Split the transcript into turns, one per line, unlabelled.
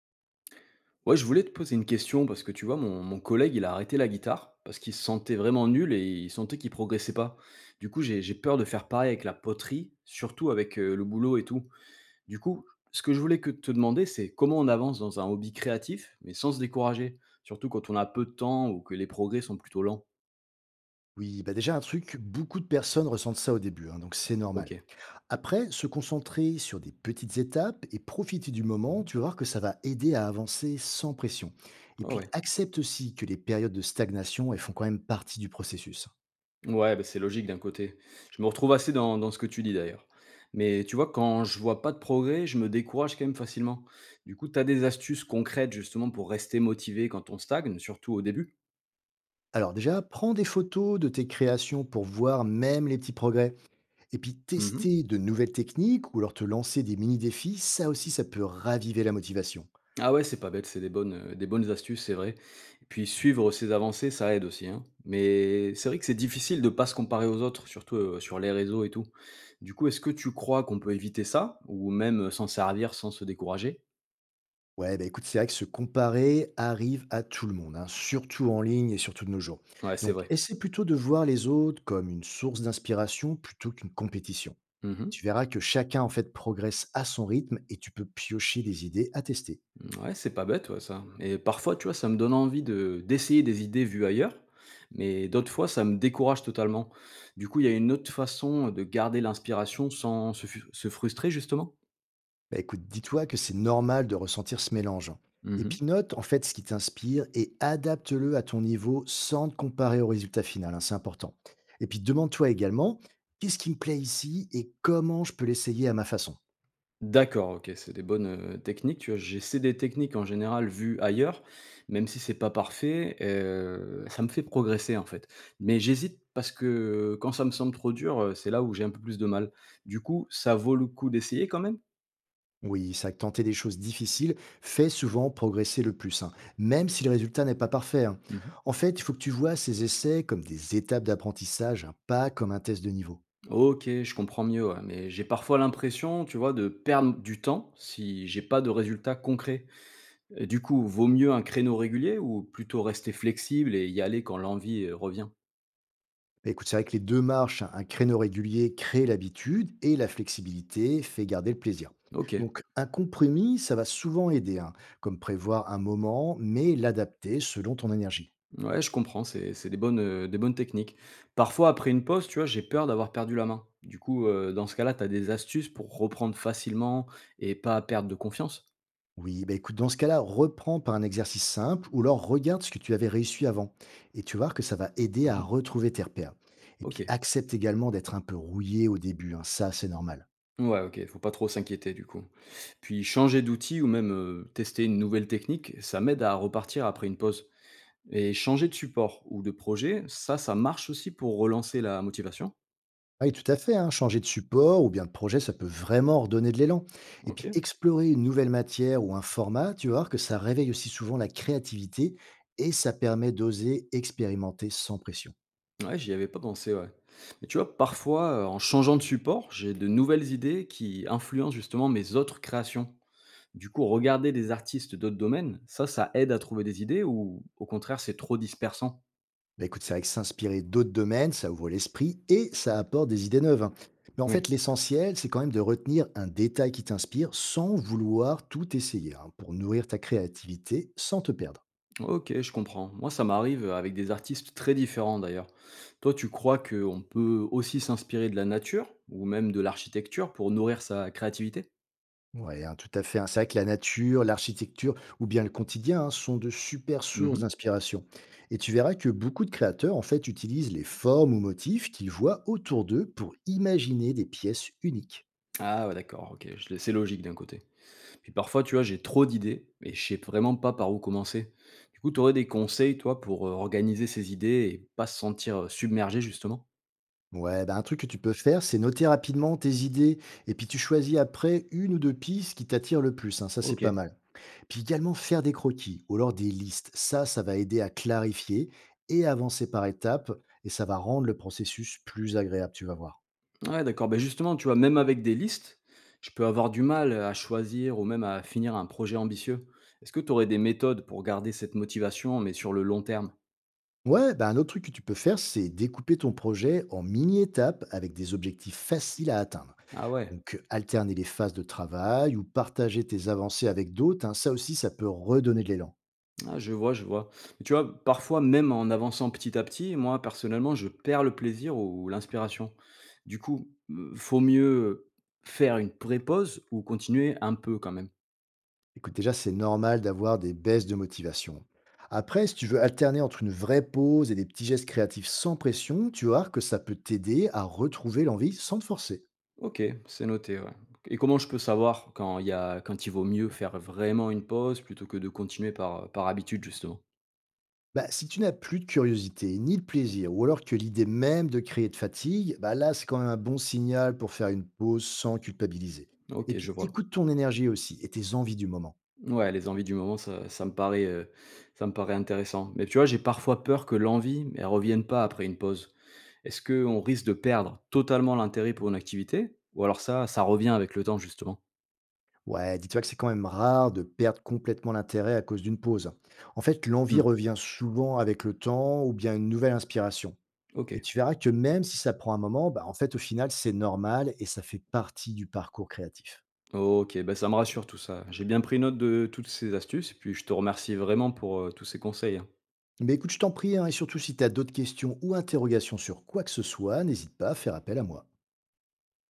Ouais, je voulais te poser une question parce que tu vois, mon collègue, il a arrêté la guitare parce qu'il se sentait vraiment nul et il sentait qu'il progressait pas. Du coup, j'ai peur de faire pareil avec la poterie, surtout avec le boulot et tout. Du coup, ce que je voulais que te demander, c'est comment on avance dans un hobby créatif, mais sans se décourager, surtout quand on a peu de temps ou que les progrès sont plutôt lents.
Oui, bah déjà un truc, beaucoup de personnes ressentent ça au début, hein, donc c'est
Ok.
normal. Après, se concentrer sur des petites étapes et profiter du moment,
Mhm.
tu vas voir que ça va aider à avancer sans pression. Et
Ah
puis
ouais.
accepte aussi que les périodes de stagnation, elles font quand même partie du processus.
Ouais, bah, c'est logique d'un côté. Je me retrouve assez dans ce que tu dis d'ailleurs. Mais tu vois, quand je vois pas de progrès, je me décourage quand même facilement. Du coup, tu as des astuces concrètes justement pour rester motivé quand on stagne, surtout au début?
Alors déjà, prends des photos de tes créations pour voir même les petits progrès. Et puis
Mhm.
tester de nouvelles techniques ou alors te lancer des mini-défis, ça aussi, ça peut raviver la motivation.
Ah ouais, c'est pas bête, c'est des bonnes astuces, c'est vrai. Et puis suivre ses avancées, ça aide aussi, hein. Mais c'est vrai que c'est difficile de pas se comparer aux autres, surtout sur les réseaux et tout. Du coup, est-ce que tu crois qu'on peut éviter ça, ou même s'en servir sans se décourager?
Ouais, bah, écoute, c'est vrai que se comparer arrive à tout le monde, hein, surtout en ligne et surtout de nos jours.
Ouais, c'est
Donc,
vrai.
essaie plutôt de voir les autres comme une source d'inspiration plutôt qu'une compétition.
Mhm.
Tu verras que chacun, en fait, progresse à son rythme et tu peux piocher des idées à tester.
Ouais, c'est pas bête, ouais, ça. Et parfois, tu vois, ça me donne envie de d'essayer des idées vues ailleurs, mais d'autres fois, ça me décourage totalement. Du coup, il y a une autre façon de garder l'inspiration sans se frustrer, justement.
Bah, écoute, dis-toi que c'est normal de ressentir ce mélange, hein. Et
Mhm.
puis note, en fait, ce qui t'inspire et adapte-le à ton niveau sans te comparer au résultat final, hein, c'est important. Et puis demande-toi également, qu'est-ce qui me plaît ici et comment je peux l'essayer à ma façon.
D'accord, ok, c'est des bonnes techniques. Tu vois, j'essaie des techniques en général vues ailleurs, même si c'est pas parfait, ça me fait progresser en fait. Mais j'hésite parce que quand ça me semble trop dur, c'est là où j'ai un peu plus de mal. Du coup, ça vaut le coup d'essayer quand même.
Oui, ça, tenter des choses difficiles fait souvent progresser le plus, hein, même si le résultat n'est pas parfait, hein. En fait, il faut que tu vois ces essais comme des étapes d'apprentissage, hein, pas comme un test de niveau.
OK, je comprends mieux, ouais, mais j'ai parfois l'impression, tu vois, de perdre du temps si j'ai pas de résultats concrets. Et du coup, vaut mieux un créneau régulier ou plutôt rester flexible et y aller quand l'envie revient?
Bah, écoute, c'est vrai que les deux marchent, hein, un créneau régulier crée l'habitude et la flexibilité fait garder le plaisir.
OK.
Donc, un compromis, ça va souvent aider, hein, comme prévoir un moment, mais l'adapter selon ton énergie.
Ouais, je comprends, c'est des bonnes techniques. Parfois, après une pause, tu vois, j'ai peur d'avoir perdu la main. Du coup, dans ce cas-là, tu as des astuces pour reprendre facilement et pas perdre de confiance?
Oui, bah écoute, dans ce cas-là, reprends par un exercice simple ou alors regarde ce que tu avais réussi avant. Et tu vas voir que ça va aider à
Mhm.
retrouver tes repères. Et
Ok.
puis accepte également d'être un peu rouillé au début, hein, ça c'est normal.
Ouais, ok, faut pas trop s'inquiéter du coup. Puis changer d'outil ou même, tester une nouvelle technique, ça m'aide à repartir après une pause. Et changer de support ou de projet, ça marche aussi pour relancer la motivation.
Ah oui, tout à fait, hein, changer de support ou bien de projet, ça peut vraiment redonner de l'élan. Et puis
OK.
explorer une nouvelle matière ou un format, tu vas voir que ça réveille aussi souvent la créativité et ça permet d'oser expérimenter sans pression.
Ouais, j'y avais pas pensé, ouais. Mais tu vois, parfois, en changeant de support, j'ai de nouvelles idées qui influencent justement mes autres créations. Du coup, regarder des artistes d'autres domaines, ça aide à trouver des idées ou au contraire, c'est trop dispersant?
Bah, écoute, c'est vrai que s'inspirer d'autres domaines, ça ouvre l'esprit et ça apporte des idées neuves, hein. Mais en
Oui.
fait, l'essentiel, c'est quand même de retenir un détail qui t'inspire sans vouloir tout essayer, hein, pour nourrir ta créativité sans te perdre.
Ok, je comprends. Moi, ça m'arrive avec des artistes très différents d'ailleurs. Toi, tu crois qu'on peut aussi s'inspirer de la nature ou même de l'architecture pour nourrir sa créativité?
Ouais. Ouais, hein, tout à fait, hein. C'est vrai que la nature, l'architecture ou bien le quotidien, hein, sont de super sources
Mhm.
d'inspiration. Et tu verras que beaucoup de créateurs, en fait, utilisent les formes ou motifs qu'ils voient autour d'eux pour imaginer des pièces uniques.
Ah ouais, d'accord, ok, je c'est logique d'un côté. Puis parfois, tu vois, j'ai trop d'idées et je sais vraiment pas par où commencer. Du coup, tu aurais des conseils, toi, pour organiser ces idées et pas se sentir submergé, justement?
Ouais, ben un truc que tu peux faire, c'est noter rapidement tes idées et puis tu choisis après une ou deux pistes qui t'attirent le plus, hein, ça, c'est
Ok.
pas mal. Puis également faire des croquis ou alors des listes. Ça va aider à clarifier et avancer par étapes et ça va rendre le processus plus agréable, tu vas voir.
Ouais, d'accord. Bah, justement, tu vois, même avec des listes, je peux avoir du mal à choisir ou même à finir un projet ambitieux. Est-ce que tu aurais des méthodes pour garder cette motivation, mais sur le long terme?
Ouais, ben un autre truc que tu peux faire, c'est découper ton projet en mini-étapes avec des objectifs faciles à atteindre.
Ah ouais,
Donc, alterner les phases de travail ou partager tes avancées avec d'autres, hein, ça aussi, ça peut redonner de l'élan.
ah, je vois, je vois. Mais tu vois, parfois, même en avançant petit à petit, moi, personnellement, je perds le plaisir ou l'inspiration. Du coup, faut mieux faire une pré-pause ou continuer un peu quand même.
Écoute, déjà, c'est normal d'avoir des baisses de motivation. Après, si tu veux alterner entre une vraie pause et des petits gestes créatifs sans pression, tu vas voir que ça peut t'aider à retrouver l'envie sans te forcer.
OK, c'est noté, ouais. Et comment je peux savoir quand il y a quand il vaut mieux faire vraiment une pause plutôt que de continuer par, par habitude justement?
Bah, si tu n'as plus de curiosité ni de plaisir, ou alors que l'idée même de créer de fatigue, bah là, c'est quand même un bon signal pour faire une pause sans culpabiliser. Et
OK, je
puis,
vois.
écoute ton énergie aussi et tes envies du moment.
Ouais, les envies du moment, ça ça me paraît intéressant. Mais tu vois, j'ai parfois peur que l'envie, elle revienne pas après une pause. Est-ce qu'on risque de perdre totalement l'intérêt pour une activité? Ou alors ça revient avec le temps justement?
Ouais, dis-toi que c'est quand même rare de perdre complètement l'intérêt à cause d'une pause, hein. En fait, l'envie
Mmh.
revient souvent avec le temps ou bien une nouvelle inspiration. Et
OK.
tu verras que même si ça prend un moment, bah, en fait, au final, c'est normal et ça fait partie du parcours créatif.
OK, bah, ça me rassure tout ça. J'ai bien pris note de toutes ces astuces et puis je te remercie vraiment pour, tous ces conseils, hein.
Mais écoute, je t'en prie, hein, et surtout si tu as d'autres questions ou interrogations sur quoi que ce soit, n'hésite pas à faire appel à moi.